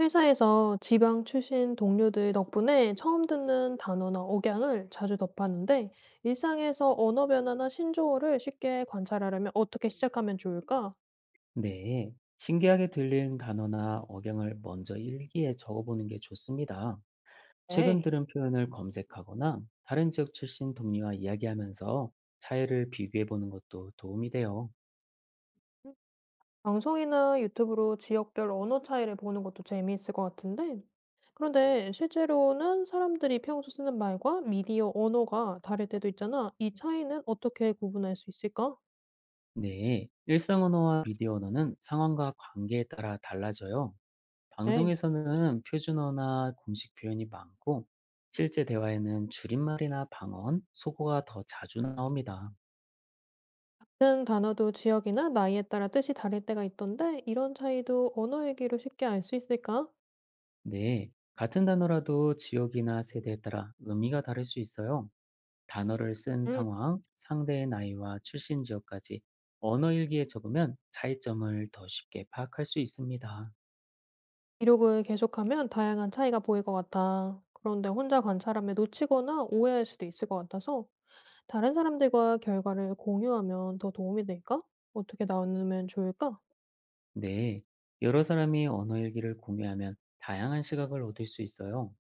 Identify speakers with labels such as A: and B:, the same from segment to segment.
A: 회사에서 지방 출신 동료들 덕분에 처음 듣는 단어나 억양을 자주 접하는데 일상에서 언어 변화나 신조어를 쉽게 관찰하려면 어떻게 시작하면 좋을까?
B: 네, 신기하게 들리는 단어나 억양을 먼저 일기에 적어보는 게 좋습니다. 최근
A: 네.
B: 들은 표현을 검색하거나 다른 지역 출신 동료와 이야기하면서 차이를 비교해 보는 것도 도움이 돼요.
A: 음, 방송이나 유튜브로 지역별 언어 차이를 보는 것도 재미있을 것 같은데 그런데 실제로는 사람들이 평소 쓰는 말과 미디어 언어가 다를 때도 있잖아. 이 차이는 어떻게 구분할 수 있을까?
B: 네, 일상 언어와 미디어 언어는 상황과 관계에 따라 달라져요.
A: 네.
B: 방송에서는 표준어나 공식 표현이 많고, 실제 대화에는 줄임말이나 방언, 속어가 더 자주 나옵니다.
A: 는 단어도 지역이나 나이에 따라 뜻이 다를 때가 있던데 이런 차이도 언어 얘기로 쉽게 알 수 있을까?
B: 네, 같은 단어라도 지역이나 세대에 따라 의미가 다를 수 있어요. 단어를 쓴
A: 음,
B: 상황, 상대의 나이와 출신 지역까지 언어 일기에 적으면 차이점을 더 쉽게 파악할 수 있습니다.
A: 기록을 계속하면 다양한 차이가 보일 것 같아. 그런데 혼자 관찰하면 놓치거나 오해할 수도 있을 것 같아서 다른 사람들과 결과를 공유하면 더 도움이 될까? 어떻게 나누면 좋을까?
B: 네, 여러 사람이 언어 일기를 공유하면 다양한 시각을 얻을 수 있어요.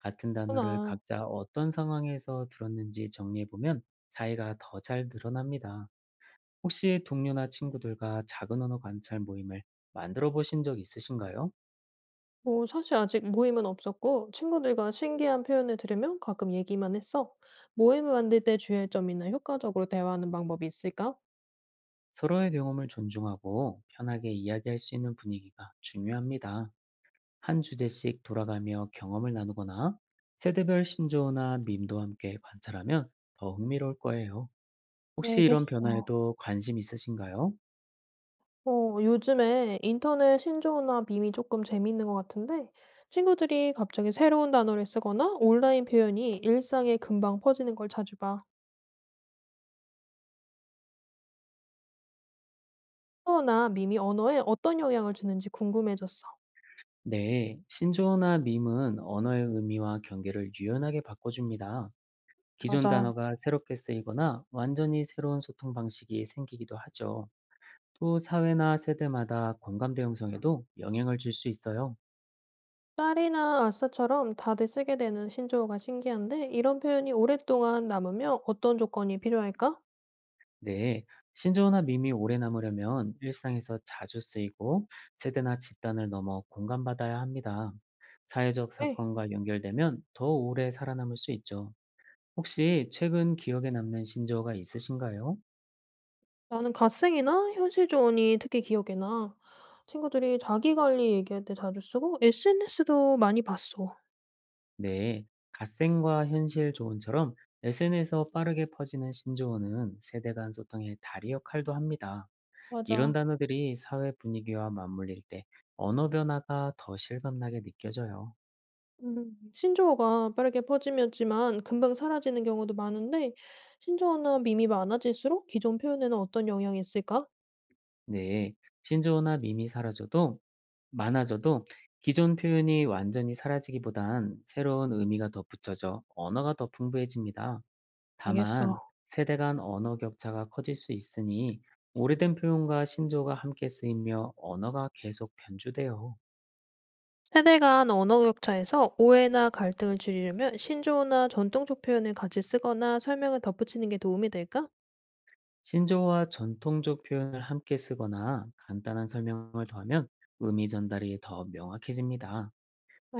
B: 같은 단어를
A: 하나,
B: 각자 어떤 상황에서 들었는지 정리해보면 차이가 더 잘 드러납니다. 혹시 동료나 친구들과 작은 언어 관찰 모임을 만들어 보신 적 있으신가요?
A: 뭐 사실 아직 모임은 없었고 친구들과 신기한 표현을 들으면 가끔 얘기만 했어. 모임을 만들 때 주의할 점이나 효과적으로 대화하는 방법이 있을까?
B: 서로의 경험을 존중하고 편하게 이야기할 수 있는 분위기가 중요합니다. 한 주제씩 돌아가며 경험을 나누거나 세대별 신조어나 밈도 함께 관찰하면 더 흥미로울 거예요. 혹시 이런
A: 알겠어.
B: 변화에도 관심 있으신가요?
A: 요즘에 인터넷 신조어나 밈이 조금 재미있는 것 같은데, 친구들이 갑자기 새로운 단어를 쓰거나 온라인 표현이 일상에 금방 퍼지는 걸 자주 봐. 신조어나 밈이 언어에 어떤 영향을 주는지 궁금해졌어.
B: 네, 신조어나 밈은 언어의 의미와 경계를 유연하게 바꿔줍니다. 기존
A: 맞아.
B: 단어가 새롭게 쓰이거나 완전히 새로운 소통 방식이 생기기도 하죠. 또 사회나 세대마다 공감대 형성에도 영향을 줄 수 있어요.
A: 짤이나 아싸처럼 다들 쓰게 되는 신조어가 신기한데, 이런 표현이 오랫동안 남으면 어떤 조건이 필요할까?
B: 네, 신조어나 밈이 오래 남으려면 일상에서 자주 쓰이고 세대나 집단을 넘어 공감받아야 합니다. 사회적
A: 네,
B: 사건과 연결되면 더 오래 살아남을 수 있죠. 혹시 최근 기억에 남는 신조어가 있으신가요?
A: 나는 갓생이나 현실조언이 특히 기억에 나. 친구들이 자기관리 얘기할 때 자주 쓰고, SNS도 많이 봤어.
B: 네, 갓생과 현실 조언처럼 SNS에서 빠르게 퍼지는 신조어는 세대 간 소통의 다리 역할도 합니다. 이런
A: 맞아.
B: 단어들이 사회 분위기와 맞물릴 때 언어 변화가 더 실감나게 느껴져요.
A: 음. 신조어가 빠르게 퍼지면지만 금방 사라지는 경우도 많은데 신조어나 밈이 많아질수록 기존 표현에는 어떤 영향이 있을까?
B: 네, 신조어나 밈이 사라져도, 많아져도 기존 표현이 완전히 사라지기보단 새로운 의미가 더 붙여져 언어가 더 풍부해집니다. 다만,
A: 알겠어.
B: 세대 간 언어 격차가 커질 수 있으니 오래된 표현과 신조어가 함께 쓰이며 언어가 계속 변주돼요.
A: 세대 간 언어 격차에서 오해나 갈등을 줄이려면 신조어나 전통적 표현을 같이 쓰거나 설명을 덧붙이는 게 도움이 될까?
B: 신조어와 전통적 표현을 함께 쓰거나 간단한 설명을 더하면 의미 전달이 더 명확해집니다.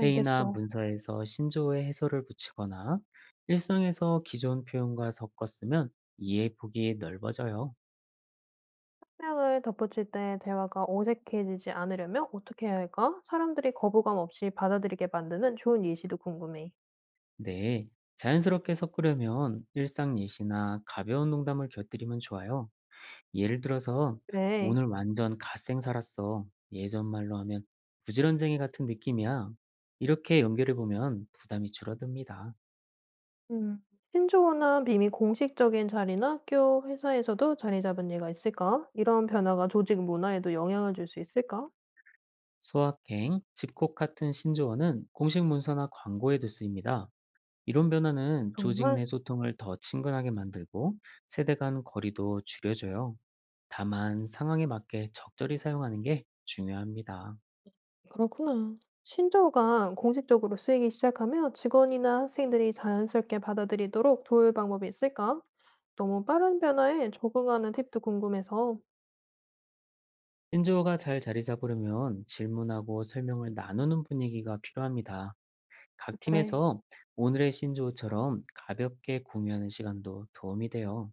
B: 회의나 문서에서 신조어의 해설을 붙이거나 일상에서 기존 표현과 섞어 쓰면 이해 폭이 넓어져요.
A: 설명을 덧붙일 때 대화가 어색해지지 않으려면 어떻게 해야 할까? 사람들이 거부감 없이 받아들이게 만드는 좋은 예시도 궁금해.
B: 네, 자연스럽게 섞으려면 일상 예시나 가벼운 농담을 곁들이면 좋아요. 예를 들어서
A: 그래.
B: 오늘 완전 갓생 살았어. 예전 말로 하면 부지런쟁이 같은 느낌이야. 이렇게 연결해 보면 부담이 줄어듭니다.
A: 음. 신조어나 밈이 공식적인 자리나 학교, 회사에서도 자리 잡은 예가 있을까? 이런 변화가 조직 문화에도 영향을 줄 수 있을까?
B: 소확행, 집콕 같은 신조어는 공식 문서나 광고에도 쓰입니다. 이런 변화는 조직
A: 정말?
B: 내 소통을 더 친근하게 만들고 세대 간 거리도 줄여줘요. 다만 상황에 맞게 적절히 사용하는 게 중요합니다.
A: 그렇구나. 신조어가 공식적으로 쓰이기 시작하면 직원이나 학생들이 자연스럽게 받아들이도록 도울 방법이 있을까? 너무 빠른 변화에 적응하는 팁도 궁금해서.
B: 신조어가 잘 자리 잡으려면 질문하고 설명을 나누는 분위기가 필요합니다. 각
A: 그래.
B: 팀에서 오늘의 신조어처럼 가볍게 공유하는 시간도 도움이 돼요.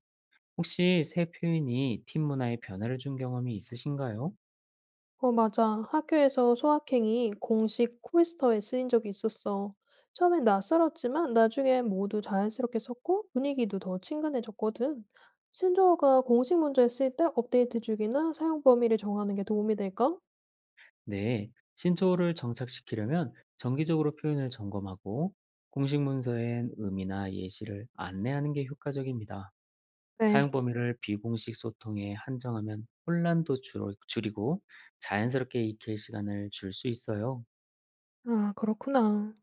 B: 혹시 새 표현이 팀 문화에 변화를 준 경험이 있으신가요?
A: 어, 맞아. 학교에서 소확행이 공식 코에스터에 쓰인 적이 있었어. 처음엔 낯설었지만 나중엔 모두 자연스럽게 썼고 분위기도 더 친근해졌거든. 신조어가 공식 문제에 쓰일 때 업데이트 주기나 사용 범위를 정하는 게 도움이 될까?
B: 네, 신조어를 정착시키려면 정기적으로 표현을 점검하고 공식 문서엔 의미나 예시를 안내하는 게 효과적입니다. 사용
A: 네.
B: 범위를 비공식 소통에 한정하면 혼란도 줄이고 자연스럽게 익힐 시간을 줄 수 있어요.
A: 아, 그렇구나.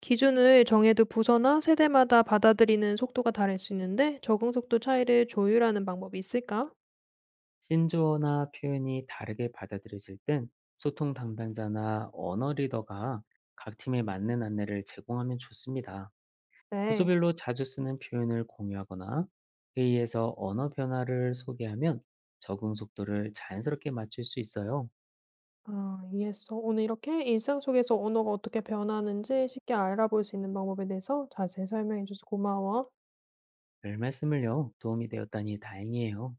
A: 기준을 정해도 부서나 세대마다 받아들이는 속도가 다를 수 있는데 적응 속도 차이를 조율하는 방법이 있을까?
B: 신조어나 표현이 다르게 받아들여질 땐 소통 담당자나 언어 리더가 각 팀에 맞는 안내를 제공하면 좋습니다.
A: 네.
B: 부서별로 자주 쓰는 표현을 공유하거나 회의에서 언어 변화를 소개하면 적응 속도를 자연스럽게 맞출 수 있어요.
A: 아 이해했어. 오늘 이렇게 일상 속에서 언어가 어떻게 변하는지 쉽게 알아볼 수 있는 방법에 대해서 자세히 설명해 줘서 고마워.
B: 별 말씀을요. 도움이 되었다니 다행이에요.